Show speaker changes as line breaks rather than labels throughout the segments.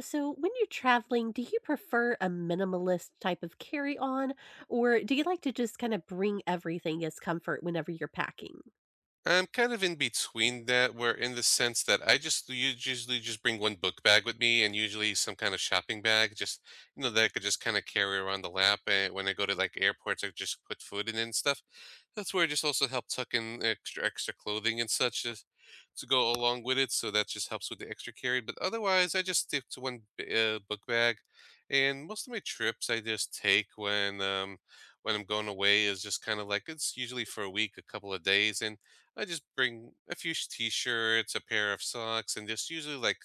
So, when you're traveling, do you prefer a minimalist type of carry on, or do you like to just kind of bring everything as comfort whenever you're packing?
I'm kind of in between that, where in the sense that I just usually just bring one book bag with me and usually some kind of shopping bag, just that I could just kind of carry around the lap. And when I go to like airports, I just put food in and stuff. That's where it just also help tuck in extra clothing and such just to go along with it, so that just helps with the extra carry, but otherwise, I just stick to one b book bag, and most of my trips I just take when I'm going away is just kinda like it's usually for a week, a couple of days, and I just bring a few sh t-shirts, a pair of socks, and just usually, like,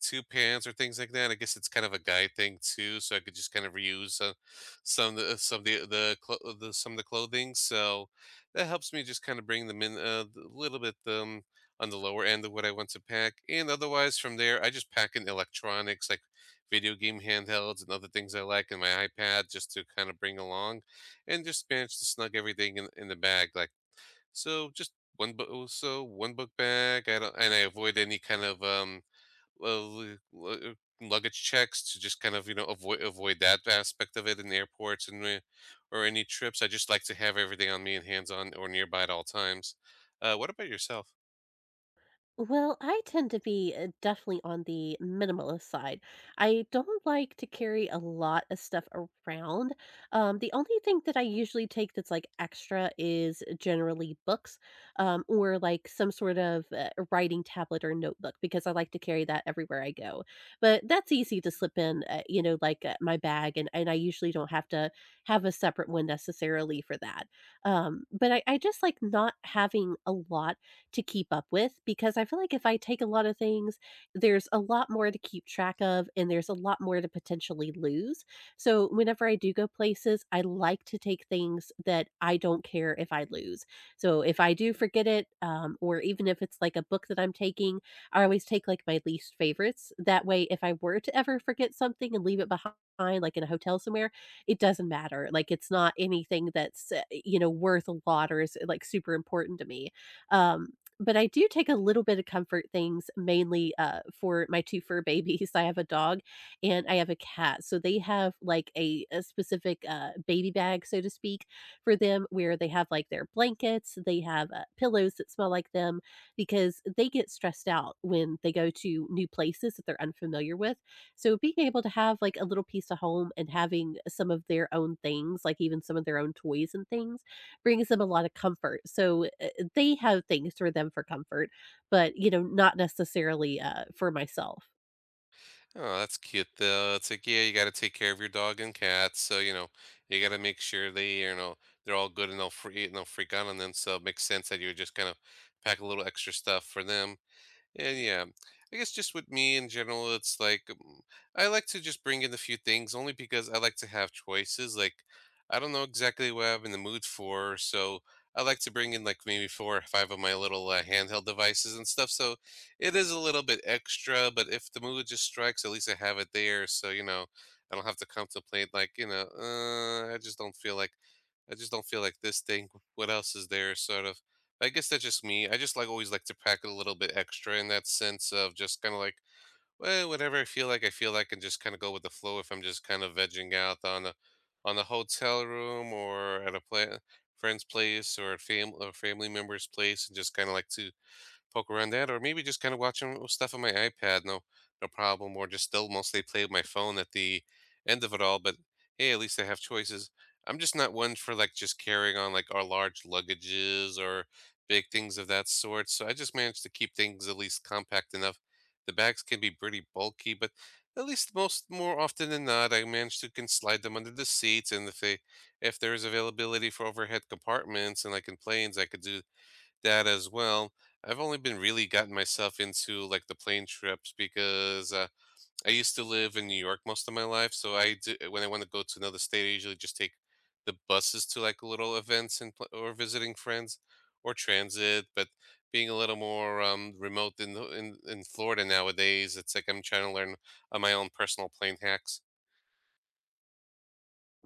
2 pants or things like that. I guess it's kind of a guy thing too, so I could just kind of reuse, some of the clo the some of the clothing, so that helps me just kinda bring them in a little bit, on the lower end of what I want to pack, and otherwise from there, I just pack in electronics, like video game handhelds and other things I like and my iPad just to kinda bring along and just manage to snug everything in the bag, like so just 1 book bag, I don't and I avoid any kind of, well, lu luggage checks to just kind of, you know, avoid that aspect of it in airports and whe or any trips. I just like to have everything on me and hands-on or nearby at all times. What about yourself?
Well, I tend to be definitely on the minimalist side. I don't like to carry a lot of stuff around. The only thing that I usually take that's like extra is generally books, or like some sort of writing tablet or notebook because I like to carry that everywhere I go. But that's easy to slip in, my bag, and I usually don't have to have a separate one necessarily for that. But I just like not having a lot to keep up with because I feel like if I take a lot of things, there's a lot more to keep track of and there's a lot more to potentially lose. So, whenever I do go places, I like to take things that I don't care if I lose. So, if I do forget it, or even if it's like a book that I'm taking, I always take like my least favorites. That way, if I were to ever forget something and leave it behind, like in a hotel somewhere, it doesn't matter. Like it's not anything that's you know, worth a lot or is like super important to me. Um, but I do take a little bit of comfort things mainly, for my 2 fur babies. I have a dog and I have a cat, so they have, like, a specific, baby bag, so to speak, for them where they have, like, their blankets, they have, pillows that smell like them because they get stressed out when they go to new places that they're unfamiliar with. So being able to have, like, a little piece of home and having some of their own things, like even some of their own toys and things, brings them a lot of comfort. So, they have things for them for comfort, but, you know, not necessarily, for myself.
Oh, that's cute, though. It's like, yeah, you gotta take care of your dog and cats, so, you know, you gotta make sure they, you know, they're all good and they'll free and they'll freak out on them, so it makes sense that you would just kind of pack a little extra stuff for them. And yeah, I guess just with me in general, it's like I like to just bring in a few things only because I like to have choices. Like I don't know exactly what I'm in the mood for, so I like to bring in like maybe four or five of my little handheld devices and stuff. So it is a little bit extra, but if the mood just strikes, at least I have it there. So you know, I don't have to contemplate like I just don't feel like this thing. What else is there, sort of. I guess that's just me. I just like always like to pack a little bit extra in that sense of just kind of like, well, whatever I feel like, and just kind of go with the flow. If I'm just kind of vegging out on a hotel room or at a pla friend's place or a family member's place, and just kind of like to poke around that, or maybe just kind of watching stuff on my iPad, no problem, or just still mostly play with my phone at the end of it all. But hey, at least I have choices. I'm just not one for like just carrying on like our large luggages or big things of that sort. So I just managed to keep things at least compact enough. The bags can be pretty bulky, but at least most more often than not, I manage to can slide them under the seats. And if there is availability for overhead compartments and like in planes, I could do that as well. I've only been really gotten myself into like the plane trips because I used to live in New York most of my life. So when I want to go to another state, I usually just take the buses to like little events or visiting friends or transit. But being a little more remote in, the- in Florida nowadays, it's like I'm trying to learn my own personal plane hacks.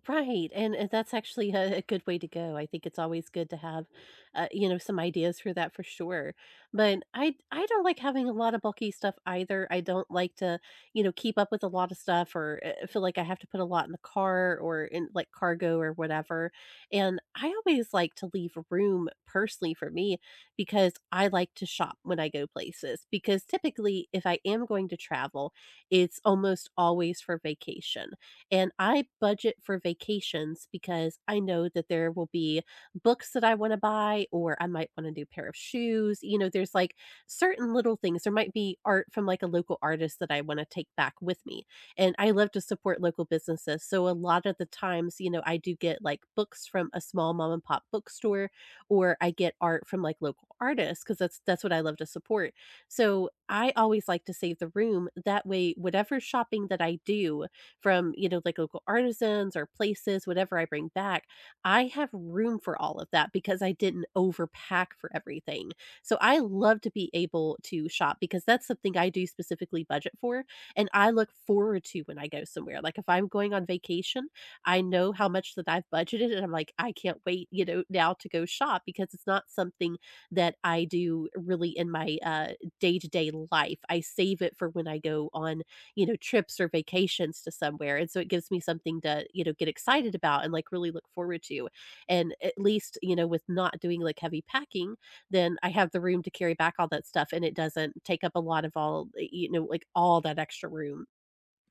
Right, and that's actually a good way to go. I think it's always good to have, you know, some ideas for that for sure. But I don't like having a lot of bulky stuff either. I don't like to, you know, keep up with a lot of stuff or feel like I have to put a lot in the car or in like cargo or whatever. And I always like to leave room personally for me because I like to shop when I go places. Because typically, if I am going to travel, it's almost always for vacation. And I budget for vacations because I know that there will be books that I want to buy, or I might want a new pair of shoes. You know, there's like certain little things. There might be art from like a local artist that I want to take back with me. And I love to support local businesses. So a lot of the times, you know, I do get like books from a small mom and pop bookstore, or I get art from like local artists because that's what I love to support. So I always like to save the room. That way, whatever shopping that I do, from, you know, like local artisans or places, whatever I bring back, I have room for all of that because I didn't overpack for everything. So I love to be able to shop because that's something I do specifically budget for and I look forward to when I go somewhere. Like if I'm going on vacation, I know how much that I've budgeted and I'm like, I can't wait, you know, now to go shop because it's not something that I do really in my day to day life. I save it for when I go on, you know, trips or vacations to somewhere, and so it gives me something to, you know, get excited about and, like, really look forward to, and at least, you know, with not doing, like, heavy packing, then I have the room to carry back all that stuff, and it doesn't take up a lot of you know, like, all that extra room.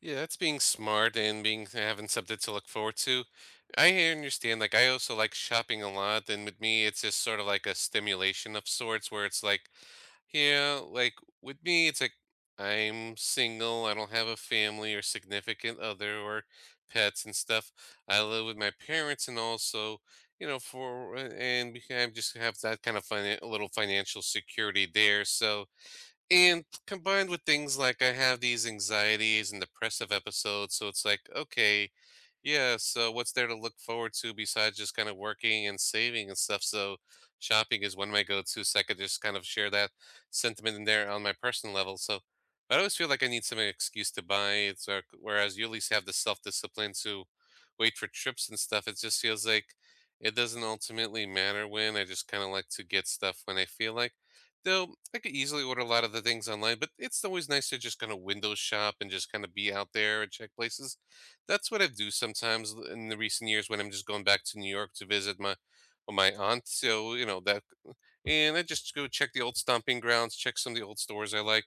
Yeah, that's being smart and being having something to look forward to. I understand. Like, I also like shopping a lot, and with me, it's just sort of like a stimulation of sorts, where it's like, yeah, like with me, it's like I'm single. I don't have a family or significant other or pets and stuff. I live with my parents, and also, you know, for and we can I just have that kind of a little financial security there. So, and combined with things like I have these anxieties and depressive episodes, so it's like, okay, yeah, so what's there to look forward to besides just kind of working and saving and stuff? So shopping is one of my go-tos. So I could just kind of share that sentiment in there on my personal level. So I always feel like I need some excuse to buy. It's like, whereas you at least have the self-discipline to wait for trips and stuff. It just feels like it doesn't ultimately matter when. I just kind of like to get stuff when I feel like. Though I could easily order a lot of the things online, but it's always nice to just kind of window shop and just kind of be out there and check places. That's what I do sometimes in the recent years when I'm just going back to New York to visit my aunt. So you know that, and I just go check the old stomping grounds, check some of the old stores I like.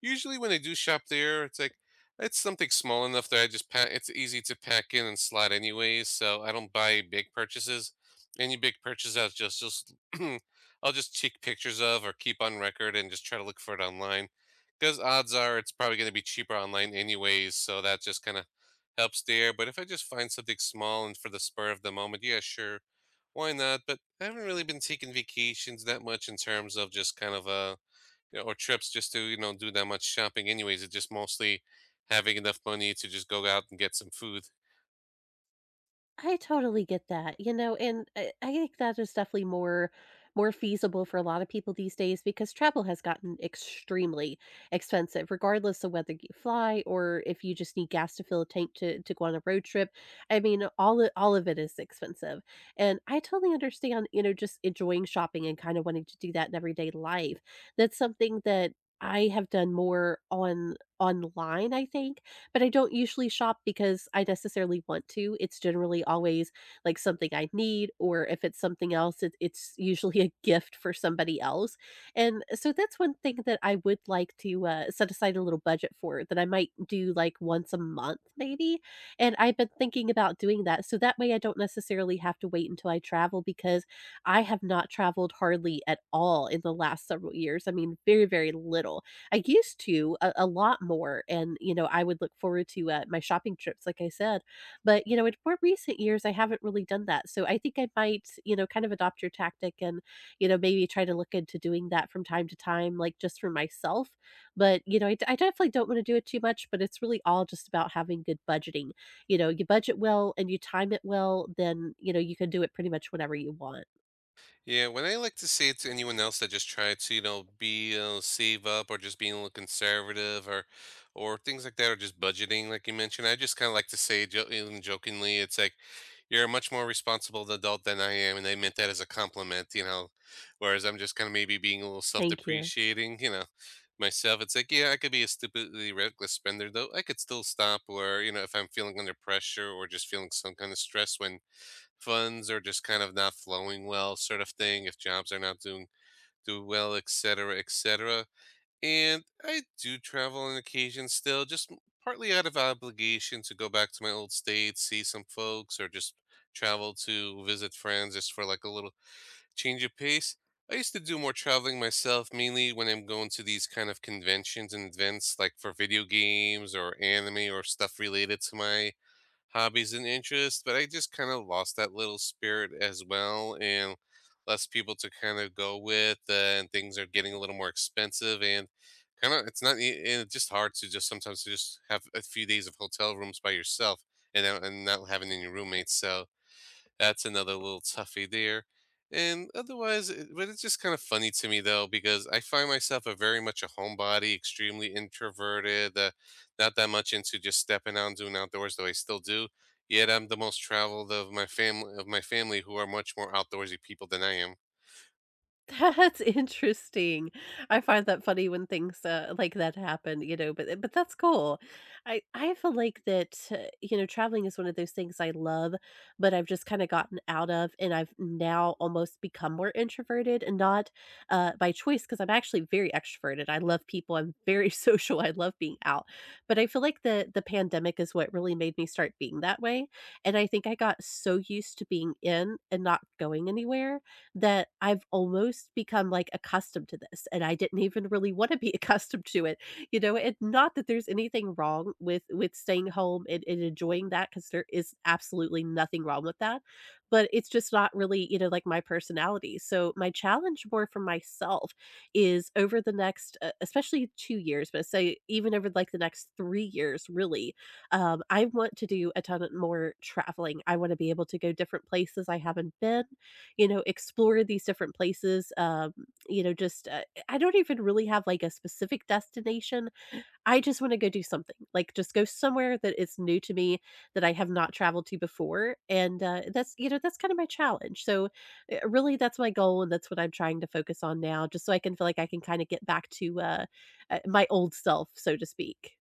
Usually when I do shop there, it's like it's something small enough that I just pack. It's easy to pack in and slide anyways, so I don't buy big purchases. Any big purchase I just I'll just take pictures of or keep on record and just try to look for it online. Because odds are it's probably going to be cheaper online anyways, so that just kind of helps there. But if I just find something small and for the spur of the moment, yeah, sure, why not? But I haven't really been taking vacations that much in terms of just kind of you know, or trips just to you know do that much shopping anyways. It's just mostly having enough money to just go out and get some food.
I totally get that, you know, and I think that is definitely more feasible for a lot of people these days because travel has gotten extremely expensive, regardless of whether you fly or if you just need gas to fill a tank to go on a road trip. I mean, all of it is expensive. And I totally understand, you know, just enjoying shopping and kind of wanting to do that in everyday life. That's something that I have done more on online, I think, but I don't usually shop because I necessarily want to. It's generally always like something I need, or if it's something else, it's usually a gift for somebody else. And so that's one thing that I would like to set aside a little budget for that I might do like once a month, maybe. And I've been thinking about doing that. So that way I don't necessarily have to wait until I travel because I have not traveled hardly at all in the last several years. I mean, very, very little. I used to a lot more, and you know, I would look forward to my shopping trips, like I said. But you know, in more recent years, I haven't really done that. So I think I might, you know, kind of adopt your tactic, and you know, maybe try to look into doing that from time to time, like just for myself. But you know, I definitely don't want to do it too much. But it's really all just about having good budgeting. You know, you budget well and you time it well, then you know you can do it pretty much whenever you want.
Yeah, when I like to say it to anyone else that just try to, you know, be, you know, save up or just being a little conservative or things like that, or just budgeting, like you mentioned, I just kind of like to say, even jokingly, it's like, you're a much more responsible adult than I am. And I meant that as a compliment, you know, whereas I'm just kind of maybe being a little self
Thank you.
depreciating, you know, myself. It's like, yeah, I could be a stupidly reckless spender, though. I could still stop, or, you know, if I'm feeling under pressure or just feeling some kind of stress when funds are just kind of not flowing well sort of thing if jobs are not doing do well etc etc and I do travel on occasion still just partly out of obligation to go back to my old state see some folks or just travel to visit friends just for like a little change of pace. I used to do more traveling myself mainly when I'm going to these kind of conventions and events like for video games or anime or stuff related to my hobbies and interests, but I just kind of lost that little spirit as well and less people to kind of go with, and things are getting a little more expensive and it's just hard to just sometimes to just have a few days of hotel rooms by yourself and not having any roommates. So that's another little toughie there. And otherwise, but it's just kind of funny to me though, because I find myself a very much a homebody, extremely introverted, not that much into just stepping out and doing outdoors, though I still do. Yet I'm the most traveled of my family who are much more outdoorsy people than I am.
That's interesting. I find that funny when things, like that happen, you know, but but that's cool. I feel like that, you know, traveling is one of those things I love, but I've just kinda gotten out of, and I've now almost become more introverted and not, by choice, because 'cause I'm actually very extroverted. I love people. I'm very social. I love being out, but I feel like the pandemic is what really made me start being that way, and I think I got so used to being in and not going anywhere that I've almost become, like, accustomed to this, and I didn't even really wanna be accustomed to it, you know, and not that there's anything wrong with staying home and enjoying that, because there is absolutely nothing wrong with that, but it's just not really, you know, like, my personality, so my challenge more for myself is over the next, especially 2 years, but say even over, like, the next 3 years, really, I want to do a ton of more traveling. I wanna be able to go different places I haven't been, you know, explore these different places. You know, just I don't even really have like a specific destination. I just want to go do something, like just go somewhere that is new to me that I have not traveled to before. And that's, you know, that's kind of my challenge. So, really, that's my goal. And that's what I'm trying to focus on now, just so I can feel like I can kind of get back to my old self, so to speak.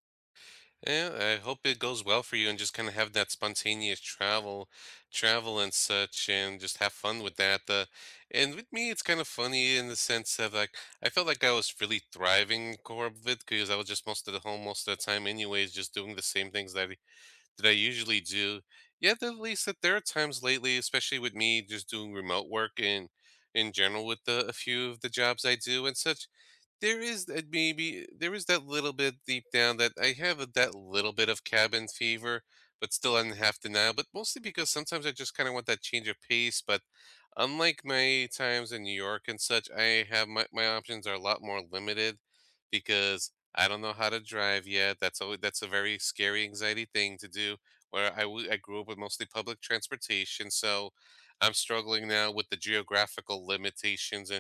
Yeah, I hope it goes well for you and just kind of have that spontaneous travel and such, and just have fun with that. And with me, it's kind of funny in the sense of like, I felt like I was really thriving COVID because I was just most of the home most of the time anyways, just doing the same things that I usually do. Yet at least that there are times lately, especially with me just doing remote work and in general with the, a few of the jobs I do and such. There is that maybe there is that little bit deep down that I have a that little bit of cabin fever, but still I on half denial, but mostly because sometimes I just kind of want that change of pace, but unlike my times in New York and such, I have my options are a lot more limited because I don't know how to drive yet. That's a very scary anxiety thing to do where I grew up with mostly public transportation, so I'm struggling now with the geographical limitations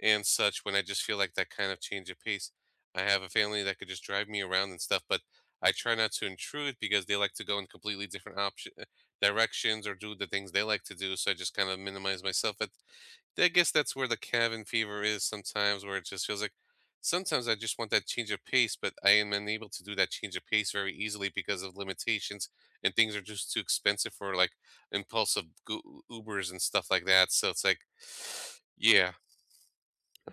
and such when I just feel like that kind of change of pace. I have a family that could just drive me around and stuff, but I try not to intrude because they like to go in completely different option directions or do the things they like to do. So I just kind of minimize myself. But I guess that's where the cabin fever is sometimes, where it just feels like sometimes I just want that change of pace, but I am unable to do that change of pace very easily because of limitations and things are just too expensive for like impulsive Ubers and stuff like that. So it's like, yeah.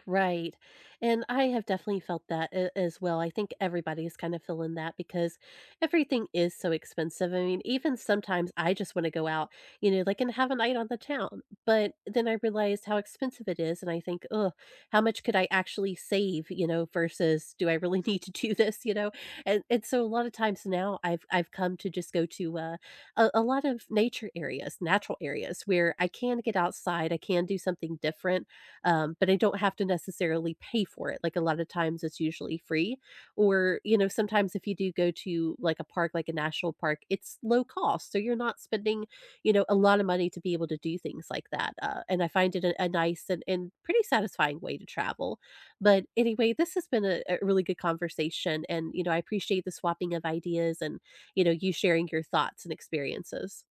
Right. And I have definitely felt as well. I think everybody's kind of feeling that because everything is so expensive. I mean, even sometimes I just want to go out, you know, like and have a night on the town. But then I realized how expensive it is. And I think, oh, how much could I actually save, you know, versus do I really need to do this, you know? And so a lot of times now I've come to just go to a lot of nature areas, natural areas where I can get outside, I can do something different, but I don't have to necessarily pay for it. Like a lot of times, it's usually free, or you know, sometimes if you do go to like a park, like a national park, it's low cost, so you're not spending, you know, a lot of money to be able to do things like that. And I find it a nice and pretty satisfying way to travel. But anyway, this has been a really good conversation, and you know, I appreciate the swapping of ideas and you know, you sharing your thoughts and experiences.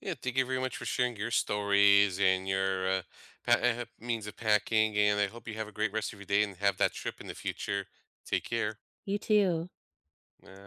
Yeah, thank you very much for sharing your stories and your means of packing. And I hope you have a great rest of your day and have that trip in the future. Take care.
You too.
Uh,